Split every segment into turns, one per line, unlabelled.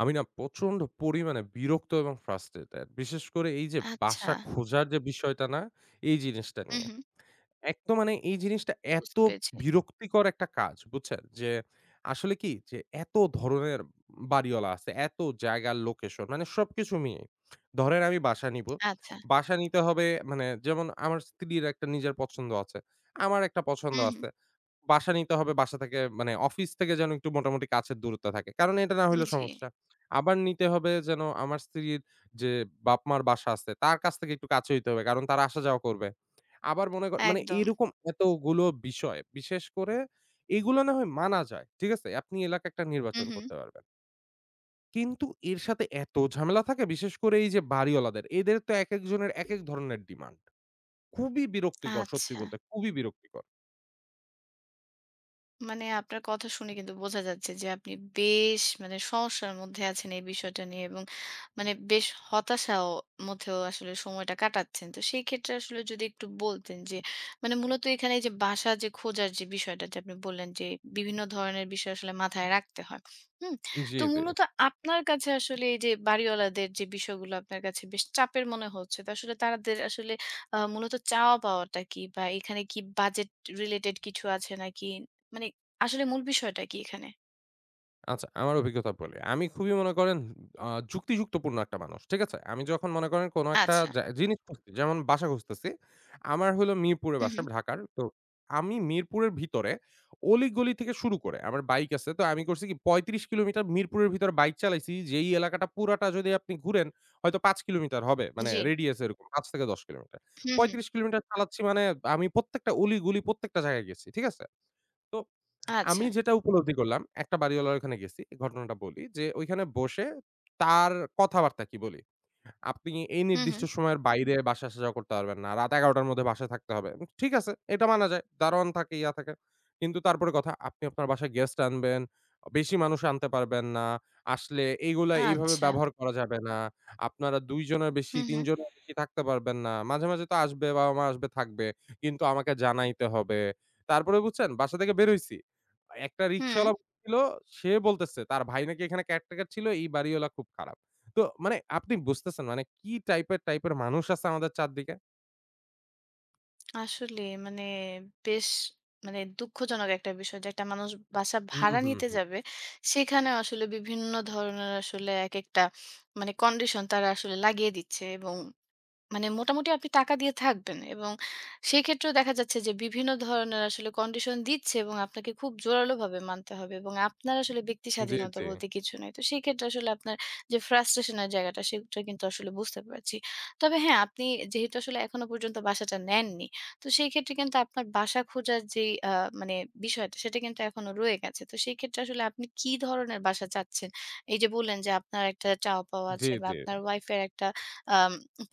আমি না প্রচন্ড পরিমাণে বিরক্ত এবং ফ্রাস্ট্রেটেড। বিশেষ করে এই যে বাসা
আচ্ছা।
খোঁজার যে বিষয়টা না, এই জিনিসটা
হুম,
নিয়ে।
হুম।
এক তো মানে এই জিনিসটা
বুঝতে
এত
পেরেছি।
বিরক্তিকর একটা কাজ বুঝছেন? যে আসলে কি যে এত ধরনের বাড়িওয়ালা আছে, এত জায়গার লোকেশন মানে সবকিছু মিলিয়ে। ধরেন আমি বাসা নিবো।
আচ্ছা।
বাসা নিতে হবে মানে যেমন আমার স্ত্রীর একটা নিজের পছন্দ আছে। আমার একটা পছন্দ
হুম, হুম।
আছে। বাসা নিতে হবে বাসা থেকে মানে অফিস থেকে যেন একটু মোটামুটি কাছের দূরত্বে থাকে। কারণ এটা না হইলে
জি,
সমস্যা। আবার নিতে হবে যেন আমার স্ত্রীর যে বাপ-মার বাসা আছে তার কাছ থেকে একটু কাছে হইতে হবে। কারণ তারা আসা যাওয়া করবে। আবার মনে করেন মানে
একদম।
এরকম এতগুলো বিষয়, বিশেষ করে এগুলো না হয় মানা যায়। ঠিক আছে? আপনি এলাকা একটা
হুম,
নির্বাচন
হুম।
করতে পারবেন। কিন্তু এর সাথে এত ঝামেলা থাকে বিশেষ করে এই যে বাড়িওয়ালাদের, এদের তো একেকজনের একেক ধরনের ডিমান্ড। খুবই বিরক্তিকর সত্যি
আচ্ছা।
বলতে, খুবই বিরক্তিকর।
মানে আপনার কথা শুনে কিন্তু বোঝা যাচ্ছে যে আপনি বেশ মানে সমস্যার মধ্যে আছেন এই বিষয়টা নিয়ে এবং মানে বেশ হতাশাও মধ্যেও আসলে সময়টা কাটাচ্ছেন। তো সেই ক্ষেত্রে আসলে যদি একটু বলতেন যে মানে মূলত এখানে এই যে বাসা যে খোঁজার যে বিষয়টা যে আপনি বললেন যে বিভিন্ন ধরনের বিষয় আসলে মাথায় রাখতে হয়। হুম?
জি,
তো
জি।
মূলত আপনার কাছে আসলে এই যে বাড়িওয়ালাদের যে বিষয়গুলো আপনার কাছে বেশ চাপের মনে হচ্ছে। তো আসলে তাদের আসলে মূলত চাওয়া পাওয়াটা কি? বা এখানে কি বাজেট রিলেটেড কিছু আছে নাকি মানে আসলে মূল বিষয়টা কি এখানে?
আচ্ছা, আমার অভিজ্ঞতা বলি। আমি খুবই মনে করেন আ যুক্তিযুক্তপূর্ণ একটা মানুষ। ঠিক আছে? আমি যখন মনে করেন কোন একটা
আচ্ছা।
জিনিস খুঁজছি, যেমন বাসা খুঁজতেছি। আমার হলো মিরপুরে
হু, হু।
বাসা, ঢাকার। তো আমি মিরপুরের ভিতরে অলি-গলি থেকে শুরু করে আমার বাইক আছে। তো আমি করছি কি ৩৫ কিলোমিটার মিরপুরের ভিতরে বাইক চালাইছি। যেই এলাকাটা পুরাটা যদি আপনি ঘুরেন হয়তো ৫ কিলোমিটার হবে। মানে
জি।
রেডিয়াস এরকম ৫ থেকে ১০ কিলোমিটার।
হু, হু।
৩৫ কিলোমিটার চালাচ্ছি মানে আমি প্রত্যেকটা অলি-গলি প্রত্যেকটা জায়গায় গেছি। ঠিক আছে? তো আমি
আচ্ছা।
যেটা উপলব্ধি করলাম, একটা বাড়িওয়ালার ওখানে গেছি। ঘটনাটা বলি যে, ওইখানে বসে তার কথাবার্তা কি বলি। আপনি এই
হু, হু।
নির্দিষ্ট সময়ের বাইরে বাসায় আসা যাওয়া করতে পারবেন না। রাত ১১ঃ০০ টার মধ্যে বাসায় থাকতে হবে। ঠিক আছে, এটা মানা যায়। দারোয়ান থাকে, ইয়া থাকে। কিন্তু তারপরে কথা আপনি আপনার বাসায় গেস্ট আনবেন, বেশি মানুষ আনতে পারবেন না। আসলে এইগুলা এইভাবে
আচ্ছা।
ব্যবহার করা যাবে না। আপনারা ২ জনের
হু,
বেশি, ৩
হু।
জনের বেশি থাকতে পারবেন না। মাঝে, মাঝে তো আসবে, বাবা-মা আসবে, থাকবে। কিন্তু আমাকে জানাইতে হবে। তারপরে বুঝছেন বাসা থেকে বের হইছি। একটা
হুম।
রিক্শাওয়ালা ছিল, সে বলতেছে তার ভাই নাকি এখানে caretaker ছিল, এই বাড়িওয়ালা খুব খারাপ। তো মানে আপনি বুঝতেছেন মানে কি টাইপের মানুষ আছে আমাদের চারদিকে?
আসলে মানে বেশ মানে দুঃখজনক একটা বিষয় যে একটা মানুষ বাসা
হুম,
ভাড়া
হুম,
নিতে
হুম।
যাবে। সেখানে আসলে বিভিন্ন ধরনের আসলে একেকটা মানে কন্ডিশন তারা আসলে লাগিয়ে দিচ্ছে এবং মানে মোটামুটি আপনি টাকা দিয়ে থাকবেন এবং সেক্ষেত্রেও দেখা যাচ্ছে যে বিভিন্ন ধরনের আসলে কন্ডিশন দিচ্ছে এবং আপনাকে খুব জোরালোভাবে মানতে হবে এবং আপনার আসলে ব্যক্তি
জি,
স্বাধীনতা
জি।
বলতে কিছু নাই তো সেই ক্ষেত্রে আসলে আপনার যে ফ্রাস্ট্রেশনের জায়গাটা সেটা কিন্তু আসলে বুঝতে পারছি তবে হ্যাঁ আপনি যেহেতু আসলে এখনো পর্যন্ত বাসাটা নেননি তো সেই ক্ষেত্রে কিন্তু আপনার বাসা খোঁজার যে মানে বিষয়টা সেটা কিন্তু এখনো রয়ে গেছে তো সেই ক্ষেত্রে আসলে আপনি কি ধরনের বাসা চাচ্ছেন এই যে বললেন যে আপনার একটা চাওয়া পাওয়া
জি,
আছে বা
জি।
আপনার ওয়াইফের একটা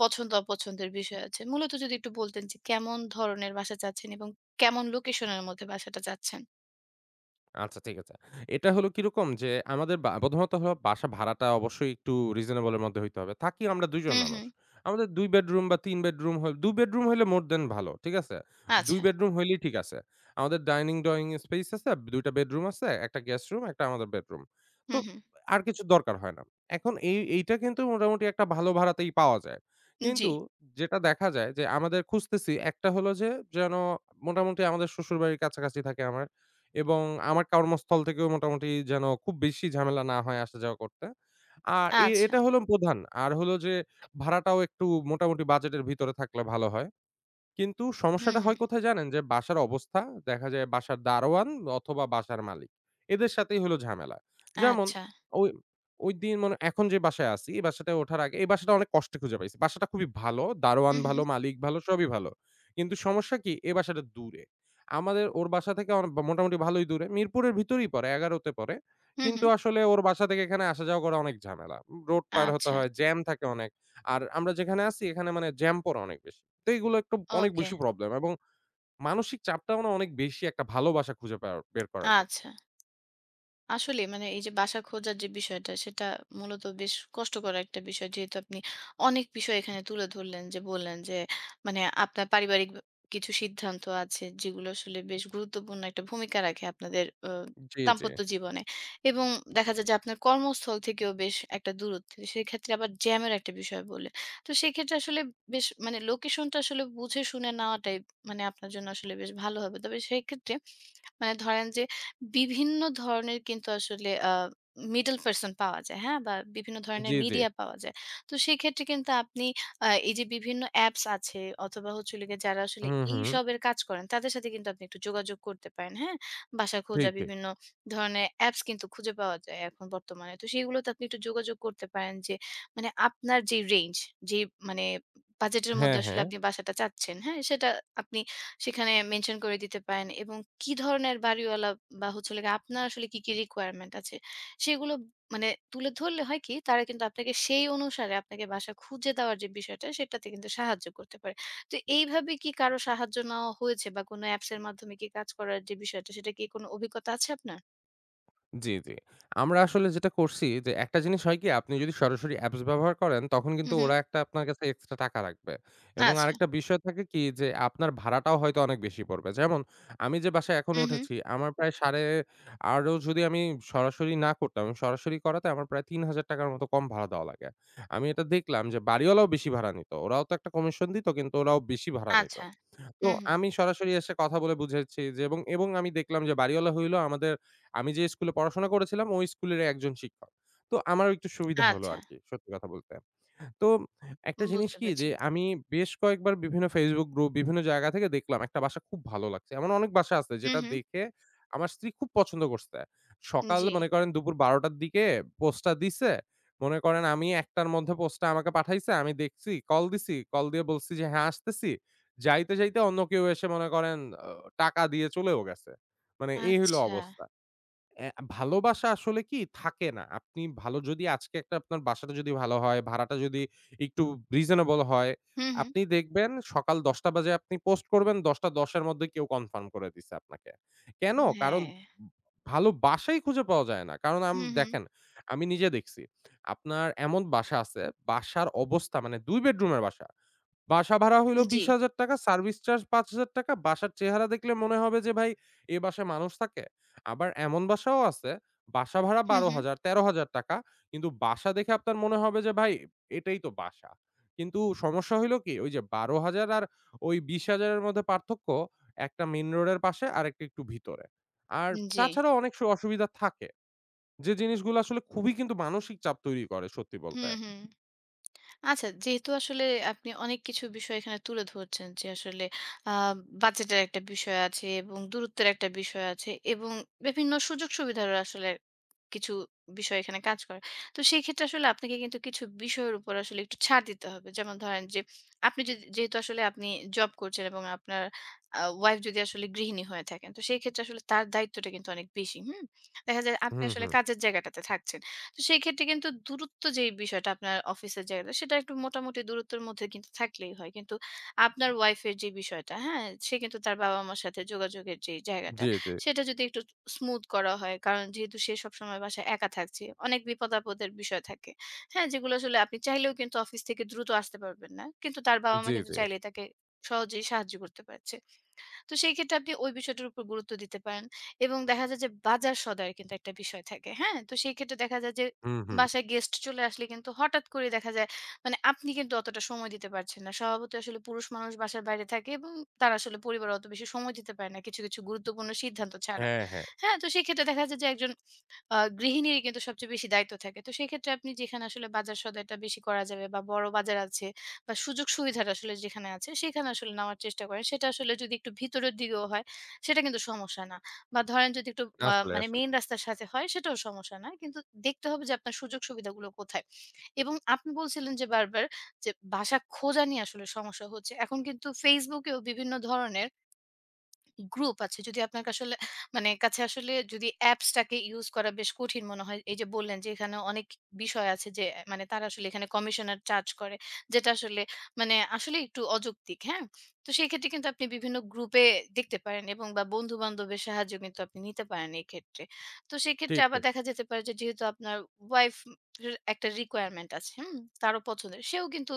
পছন্দ অপছন্দের বিষয় আছে। মূলত যদি একটু বলতেন যে কেমন ধরনের বাসা চাচ্ছেন এবং কেমন লোকেশনের মধ্যে বাসাটা চাচ্ছেন?
আচ্ছা ঠিক আছে। এটা হলো কিরকম যে আমাদের বা প্রথমত হলো বাসা ভাড়াটা অবশ্যই একটু রিজনেবল এর মধ্যে হইতে হবে। থাকি আমরা ২ জন
হুম,
মানুষ।
হুম।
আমাদের ২ বেডরুম বা ৩ বেডরুম হল ২ বেডরুম হইলে মোর দ্যান ভালো। ঠিক আছে? ২
আচ্ছা।
বেডরুম হইলেই ঠিক আছে। আমাদের ডাইনিং, ড্রইং স্পেস আছে, ২ টা বেডরুম আছে, ১ টা গেস্ট রুম, ১ টা আমাদের বেডরুম। তো
হুম, হুম।
আর কিছু দরকার হয় না। এখন এইটা কিন্তু মোটামুটি একটা ভালো ভাড়াতেই পাওয়া যায়।
জি।
কিন্তু যেটা দেখা যায় যে আমাদের খুঁজতেছি একটা হলো যে যেন মোটামুটি আমাদের শ্বশুরবাড়ির কাছাকাছি থাকে আমার। এবং আমার কর্মস্থল থেকেও মোটামুটি যেন খুব বেশি ঝামেলা না হয় আসা যাওয়া করতে। আর এ
আচ্ছা।
এটা হলো প্রধান। আর হলো যে ভাড়াটাও একটু মোটামুটি বাজেটের ভিতরে থাকলে ভালো হয়। কিন্তু
হুম,
সমস্যাটা
হুম।
হয় কোথায় জানেন? যে বাসার অবস্থা, দেখা যায় বাসার দারোয়ান অথবা বাসার মালিক। এদের সাথেই হলো ঝামেলা। যেমন
আচ্ছা।
ওই ওইদিন মানে এখন যে বাসায় আছি, এই বাসাটায় ওঠার আগে এই বাসাটা অনেক কষ্টে খুঁজে পাইছি। বাসাটা খুবই ভালো, দারোয়ান
হুম,
ভালো,
হুম।
মালিক ভালো, সবই ভালো। কিন্তু সমস্যা কি? এই বাসাটা দূরে। আমাদের ওর বাসা থেকে মোটামুটি ভালোই দূরে। মিরপুরের ভিতরেই পড়ে, ১১ তে পড়ে।
হুম,
কিন্তু
হুম।
আসলে ওর বাসা থেকে এখানে আসা যাওয়া করা অনেক ঝামেলা। রোড পার হতে
আচ্ছা।
হয়, জ্যাম থাকে অনেক। আর আমরা যেখানে আছি এখানে মানে জ্যাম পড়ে অনেক বেশি। তো এগুলো একটা অনেক
ওকে।
বেশি প্রবলেম এবং মানসিক চাপটাও না অনেক বেশি একটা ভালোবাসা খুঁজে পাওয়ার বের করার ক্ষেত্রে।
আচ্ছা। আসলে মানে এই যে বাসা খোঁজার যে বিষয়টা সেটা মূলত বেশ কষ্টকর একটা বিষয় যেহেতু আপনি অনেক বিষয় এখানে তুলে ধরলেন যে বললেন যে মানে আপনার পারিবারিক কিছু সিদ্ধান্ত আছে যেগুলো আসলে বেশ গুরুত্বপূর্ণ একটা ভূমিকা রাখে আপনাদের
জি, জি।
দাম্পত্য জীবনে এবং দেখা যায় যে আপনার কর্মস্থল থেকেও বেশ একটা দূরত্ব সেক্ষেত্রে আবার জ্যামের একটা বিষয় বলে তো সেক্ষেত্রে আসলে বেশ মানে লোকেশনটা আসলে বুঝে শুনে নেওয়াটাই মানে আপনার জন্য আসলে বেশ ভালো হবে তবে সেক্ষেত্রে মানে ধরেন যে বিভিন্ন ধরনের কিন্তু আসলে মিডল পারসন পাওয়া যায়, হ্যাঁ? বা বিভিন্ন ধরনের
জি, জি।
মিডিয়া পাওয়া যায়। তো সেক্ষেত্রে কিন্তু আপনি এই যে বিভিন্ন অ্যাপস আছে অথবা হচ্ছে হলো গিয়ে যারা আসলে
হুম, হুম।
এইসবের কাজ করেন তাদের সাথে কিন্তু আপনি একটু যোগাযোগ করতে পারেন, হ্যাঁ? বাসা
ঠিক,
খোঁজা
ঠিক।
বিভিন্ন ধরনের অ্যাপস কিন্তু খুঁজে পাওয়া যায় এখন বর্তমানে। তো সেগুলোতে আপনি একটু যোগাযোগ করতে পারেন যে মানে আপনার যে রেঞ্জ যে মানে বাজেটের
হ্যাঁ,
মধ্যে আসলে
হ্যাঁ।
আপনি বাসাটা চাচ্ছেন, হ্যাঁ? সেটা আপনি সেখানে মেনশন করে দিতে পারেন এবং কি ধরনের বাড়িওয়ালা বা হচ্ছে হলো গিয়ে আপনার আসলে কি, কি রিকোয়ারমেন্ট আছে সেগুলো মানে তুলে ধরলে হয় কি তারা কিন্তু আপনাকে সেই অনুসারে আপনাকে বাসা খুঁজে দেওয়ার যে বিষয়টা সেটাতে কিন্তু সাহায্য করতে পারে। তো এইভাবে কি কারো সাহায্য নেওয়া হয়েছে বা কোনো অ্যাপস এর মাধ্যমে কি কাজ করার যে বিষয়টা সেটা কি কোনো অভিজ্ঞতা আছে আপনার?
জি, জি। আমরা আসলে যেটা করছি যে একটা জিনিস হয় কি আপনি যদি সরাসরি অ্যাপস ব্যবহার করেন তখন কিন্তু
হুম, হুম।
ওরা একটা আপনার কাছে এক্সট্রা টাকা রাখবে। এবং
আচ্ছা।
আরেকটা বিষয় থাকে কি যে আপনার ভাড়াটাও হয়তো অনেক বেশি পড়বে। যেমন আমি যে বাসায় এখন
হুম, হুম।
উঠেছি আমার প্রায় সাড়ে আরও যদি আমি সরাসরি না করতাম, আমি সরাসরি করাতে আমার প্রায় ৳৩,000 র মতো কম ভাড়া দেওয়া লাগে। আমি এটা দেখলাম যে বাড়িওয়ালাও বেশি ভাড়া নিত। ওরাও তো একটা কমিশন দিত কিন্তু ওরাও বেশি ভাড়া নিত।
আচ্ছা।
তো
হুম, হুম।
আমি সরাসরি এসে কথা বলে বুঝেছি যে এবং আমি দেখলাম যে বাড়িওয়ালা হইলো আমাদের আমি যে স্কুলে পড়াশোনা করেছিলাম ওই স্কুলেরই একজন শিক্ষক। তো আমারও একটু সুবিধা হলো
আচ্ছা।
আরকি সত্যি কথা বলতে। তো একটা জিনিস
বুঝতে
কি যে
পেরেছি।
আমি বেশ কয়েকবার বিভিন্ন Facebook গ্রুপ, বিভিন্ন জায়গা থেকে দেখলাম একটা বাসা খুব ভালো লাগছে। এমন অনেক বাসা আছে
হুম,
যেটা
হুম।
দেখে আমার স্ত্রী খুব পছন্দ করছে। সকাল
জি।
মনে করেন দুপুর ১২ টার দিকে পোস্টটা দিছে। মনে করেন আমি ১ টার মধ্যে পোস্টটা আমাকে পাঠাইছে। আমি দেখছি, কল দিছি। কল দিয়ে বলছি যে, "হ্যাঁ, আসতেছি।" যাইতে, যাইতে অন্য কেউ এসে মনে করেন টাকা দিয়ে চলেও গেছে। মানে এই হইল
আচ্ছা।
অবস্থা। অ্যা ভালোবাসা আসলে কি থাকে না। আপনি ভালো যদি আজকে একটা আপনার বাসাটা যদি ভালো হয়, ভাড়াটা যদি একটু রিজনেবল হয়,
হুম, হুম।
আপনি দেখবেন সকাল ১০ঃ০০ বাজে আপনি পোস্ট করবেন ১০ঃ১০ এর মধ্যে কেউ কনফার্ম করে দিছে আপনাকে। কেন? কারণ
হ্যাঁ।
ভালো বাসাই খুঁজে পাওয়া যায় না। কারণ
হুম, হুম।
দেখেন আমি নিজে দেখছি। আপনার এমন বাসা আছে, বাসার অবস্থা মানে ২ বেডরুমের বাসা। বাসা ভাড়া হইল
জি।
৳২০,০০০, সার্ভিস চার্জ ৳৫,০০০। বাসার চেহারা দেখলে মনে হবে যে ভাই এ বাসায় মানুষ থাকে। আবার এমন বাসাও আছে, বাসা ভাড়া
হুম, হুম।
৳১২,০০০, ৳১৩,০০০ কিন্তু বাসা দেখে আপনার মনে হবে যে ভাই এটাই তো বাসা। কিন্তু সমস্যা হইল কি ওই যে ১২,০০০ আর ওই ২০,০০০ এর মধ্যে পার্থক্য একটা মেইন রোডের পাশে আরেকটা একটু ভিতরে। আর
জি।
তাছাড়াও অনেক সু অসুবিধা থাকে। যে জিনিসগুলো আসলে খুবই কিন্তু মানসিক চাপ তৈরি করে সত্যি বলতে।
হুম, হুম। আচ্ছা যেহেতু আসলে আপনি অনেক কিছু বিষয় এখানে তুলে ধরছেন যে আসলে আ বাজেটের একটা বিষয় আছে এবং দূরত্বের একটা বিষয় আছে এবং বিভিন্ন সুযোগ-সুবিধারও আসলে কিছু বিষয় এখানে কাজ করে। তো সেই ক্ষেত্রে আসলে আপনাকে কিন্তু কিছু বিষয়ের উপর আসলে একটু ছাড় দিতে হবে। যেমন ধরেন যে আপনি যদি যেহেতু আসলে আপনি জব করছেন এবং আপনার ওয়াইফ যদি আসলে গৃহিণী হয়ে থাকেন, তো সেই ক্ষেত্রে আসলে তার দায়িত্বটা কিন্তু অনেক বেশি। হুম? দেখা যায় আপনি
হুম,
আসলে
হুম।
কাজের জায়গাটাতে থাকছেন। তো সেই ক্ষেত্রে কিন্তু দূরত্ব যেই বিষয়টা আপনার অফিসের জায়গাটা সেটা একটু মোটামুটি দূরত্বের মধ্যে কিন্তু থাকলেই হয়। কিন্তু আপনার ওয়াইফ এর যে বিষয়টা, হ্যাঁ? সে কিন্তু তার বাবা-মার সাথে যোগাযোগের যে জায়গাটা
জি, জি।
সেটা যদি একটু স্মুথ করা হয়। কারণ যেহেতু সে সবসময় বাসায় একা থাকছে, অনেক বিপদ-আপদের বিষয় থাকে। হ্যাঁ? যেগুলো আসলে আপনি চাইলেও কিন্তু অফিস থেকে দ্রুত আসতে পারবেন না। কিন্তু তার বাবা-মা
জি,
কিন্তু
জি।
চাইলেই তাকে সহজেই সাহায্য করতে পারছে। তো সেই ক্ষেত্রে আপনি ওই বিষয়টার উপর গুরুত্ব দিতে পারেন এবং দেখা যায় যে বাজার সদাইয়ের কিন্তু একটা বিষয় থাকে। হ্যাঁ? তো সেই ক্ষেত্রে দেখা যায় যে
হুম, হুম।
বাসায় গেস্ট চলে আসলে কিন্তু হঠাৎ করে দেখা যায় মানে আপনি কিন্তু অতটা সময় দিতে পারছেন না। স্বভাবতই আসলে পুরুষ মানুষ বাসার বাইরে থাকে এবং তারা আসলে পরিবারে অত বেশি সময় দিতে পারে না কিছু, কিছু গুরুত্বপূর্ণ সিদ্ধান্ত ছাড়া।
হ্যাঁ, হ্যাঁ।
হ্যাঁ? তো সেক্ষেত্রে দেখা যায় যে একজন গৃহিণীরই কিন্তু সবচেয়ে বেশি দায়িত্ব থাকে। তো সেক্ষেত্রে আপনি যেখানে আসলে বাজার সদাইটা বেশি করা যাবে বা বড় বাজার আছে বা সুযোগ সুবিধাটা আসলে যেখানে আছে সেখানে আসলে নেওয়ার চেষ্টা করেন। সেটা আসলে যদি একটু ভিতরের দিকেও হয় সেটা কিন্তু সমস্যা না। বা ধরেন যদি একটু
আসলে,
মানে
আসলে।
মেইন রাস্তার সাথে হয় সেটাও সমস্যা না। কিন্তু দেখতে হবে যে আপনার সুযোগ সুবিধাগুলো কোথায়? এবং আপনি বলছিলেন যে বারবার যে বাসা খোঁজা নিয়ে আসলে সমস্যা হচ্ছে। এখন কিন্তু Facebook এও বিভিন্ন ধরনের গ্রুপ আছে যদি আপনার আসলে মানে কাছে আসলে যদি অ্যাপসটাকে ইউজ করা বেশ কঠিন মনে হয় এই যে বললেন যে এখানে অনেক বিষয় আছে যে মানে তারা আসলে এখানে কমিশনার চার্জ করে যেটা আসলে মানে আসলে একটু অযৌক্তিক হ্যাঁ তো সেই ক্ষেত্রে কিন্তু আপনি বিভিন্ন গ্রুপে দেখতে পারেন এবং বা বন্ধু বান্ধবের সাহায্য কিন্তু আপনি নিতে পারেন এই ক্ষেত্রে তো সেক্ষেত্রে
ঠিক,
আবার
ঠিক।
দেখা যেতে পারে যে যেহেতু আপনার ওয়াইফ একটা রিকোয়ারমেন্ট আছে হুম তারও পছন্দের সেও কিন্তু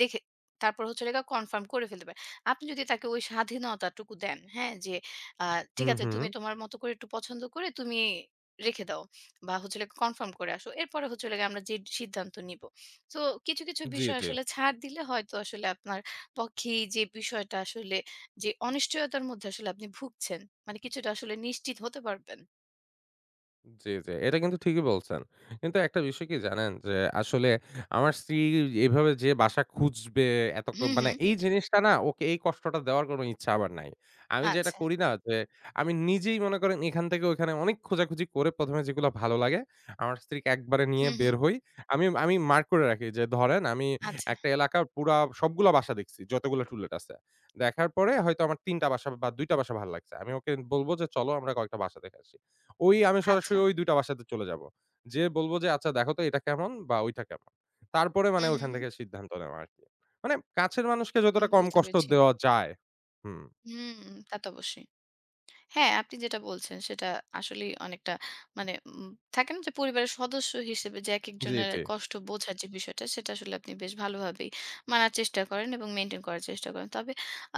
দেখে তারপর হচ্ছে কনফার্ম করে ফেলতে পারে আপনি যদি তাকে ওই স্বাধীনতাটুকু দেন, হ্যাঁ? যে আ ঠিক
হুম,
আছে
হুম।
তুমি তোমার মতো করে একটু পছন্দ করে তুমি রেখে দাও বা হচ্ছে হলো কনফার্ম করে আসো। এরপরে হচ্ছে হলো গিয়ে আমরা যে সিদ্ধান্ত নিব। সো কিছু, কিছু
জি,
বিষয়
জি।
আসলে ছাড় দিলে হয়তো আসলে আপনার পক্ষেই যে বিষয়টা আসলে যে অনিশ্চয়তার মধ্যে আসলে আপনি ভুগছেন, মানে কিছুটা আসলে নিশ্চিত হতে পারবেন।
জি, জি। এটা কিন্তু ঠিকই বলছেন। কিন্তু একটা বিষয় কি জানেন? যে আসলে আমার স্ত্রী এভাবে যে বাসা খুঁজবে এত
হুম,
মানে
হুম।
এই জিনিসটা না ওকে এই কষ্টটা দেওয়ার কোনো ইচ্ছা আমার নাই। আমি যেটা
আচ্ছা।
করি না যে আমি নিজেই মনে করেন এখান থেকে ওখানে অনেক খোঁজাখুঁজি করে ১ম এ যেগুলো ভালো লাগে আমার স্ত্রীকে একবারে নিয়ে
হুম, হুম।
বের হই। আমি আমি মার্ক করে রাখি যে ধরেন আমি
আচ্ছা,
একটা এলাকার পুরা সবগুলা বাসা দেখছি যতগুলো টুলেট আছে। দেখার পরে হয়তো আমার ৩ টা বাসা বা ২ টা বাসা ভাল লাগছে। আমি ওকে বলব যে চলো আমরা কয়েকটা বাসা দেখে আসি। ওই আমি সরাসরি
আচ্ছা।
ওই ২ টা বাসাতে চলে যাবো। যেয়ে বলব যে, "আচ্ছা দেখো তো এটা কেমন বা ওইটা কেমন?" তারপরে মানে
হুম, হুম,
ওইখান
হুম।
থেকে সিদ্ধান্ত নেওয়া আরকি। মানে কাছের মানুষকে যতটা কম
বুঝতে
কষ্ট
পেরেছি।
দেওয়া যায়। হুম।
হুম, তা তো অবশ্যই। হ্যাঁ, আপনি যেটা বলছেন সেটা আসলেই অনেকটা মানে থাকে না যে পরিবারের সদস্য হিসেবে যে
জি,
একেকজনের
জি।
কষ্ট বোঝার যে বিষয়টা সেটা আসলে আপনি বেশ ভালোভাবেই মানার চেষ্টা করেন এবং মেইনটেইন করার চেষ্টা করেন। তবে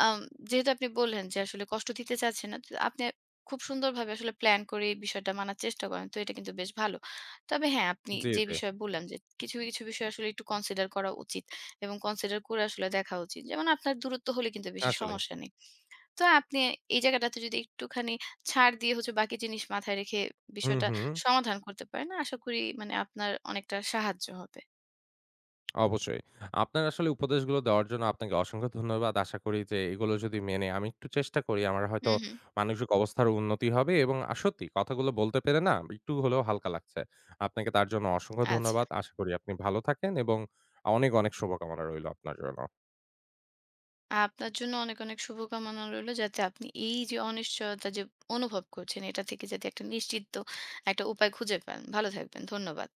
আম যেহেতু আপনি বললেন যে আসলে কষ্ট দিতে চাচ্ছেন না, তো আপনি খুব সুন্দরভাবে আসলে প্ল্যান করে এই বিষয়টা মানার চেষ্টা করেন। তো এটা কিন্তু বেশ ভালো। তবে হ্যাঁ, আপনি
জি,
যে
জি।
বিষয়ে বললেন যে কিছু, কিছু বিষয় আসলে একটু কনসিডার করা উচিত এবং কনসিডার করে আসলে দেখা উচিত। যেমন আপনার দূরত্ব হলে কিন্তু বেশি
আসলেই।
সমস্যা নেই। তো আপনি এই জায়গাটাতে যদি একটুখানি ছাড় দিয়ে হচ্ছে বাকি জিনিস মাথায় রেখে
হুম,
বিষয়টা
হুম।
সমাধান করতে পারেন, আশা করি মানে আপনার অনেকটা সাহায্য হবে।
অবশ্যই। আপনার আসলে উপদেশগুলো দেওয়ার জন্য আপনাকে অসংখ্য ধন্যবাদ। আশা করি যে এগুলো যদি মেনে আমি একটু চেষ্টা করি আমার হয়তো
হুম, হুম।
মানসিক অবস্থার উন্নতি হবে এবং সত্যি কথাগুলো বলতে পেরে না একটু হলেও হালকা লাগছে। আপনাকে তার জন্য অসংখ্য
আচ্ছা।
ধন্যবাদ। আশা করি আপনি ভালো থাকেন এবং অনেক, অনেক শুভকামনা রইলো আপনার জন্য।
আপনার জন্য অনেক, অনেক শুভকামনা রইলো যাতে আপনি এই যে অনিশ্চয়তা যে অনুভব করছেন, এটা থেকে যাতে একটা নিশ্চিত একটা উপায় খুঁজে পান। ভালো থাকবেন। ধন্যবাদ।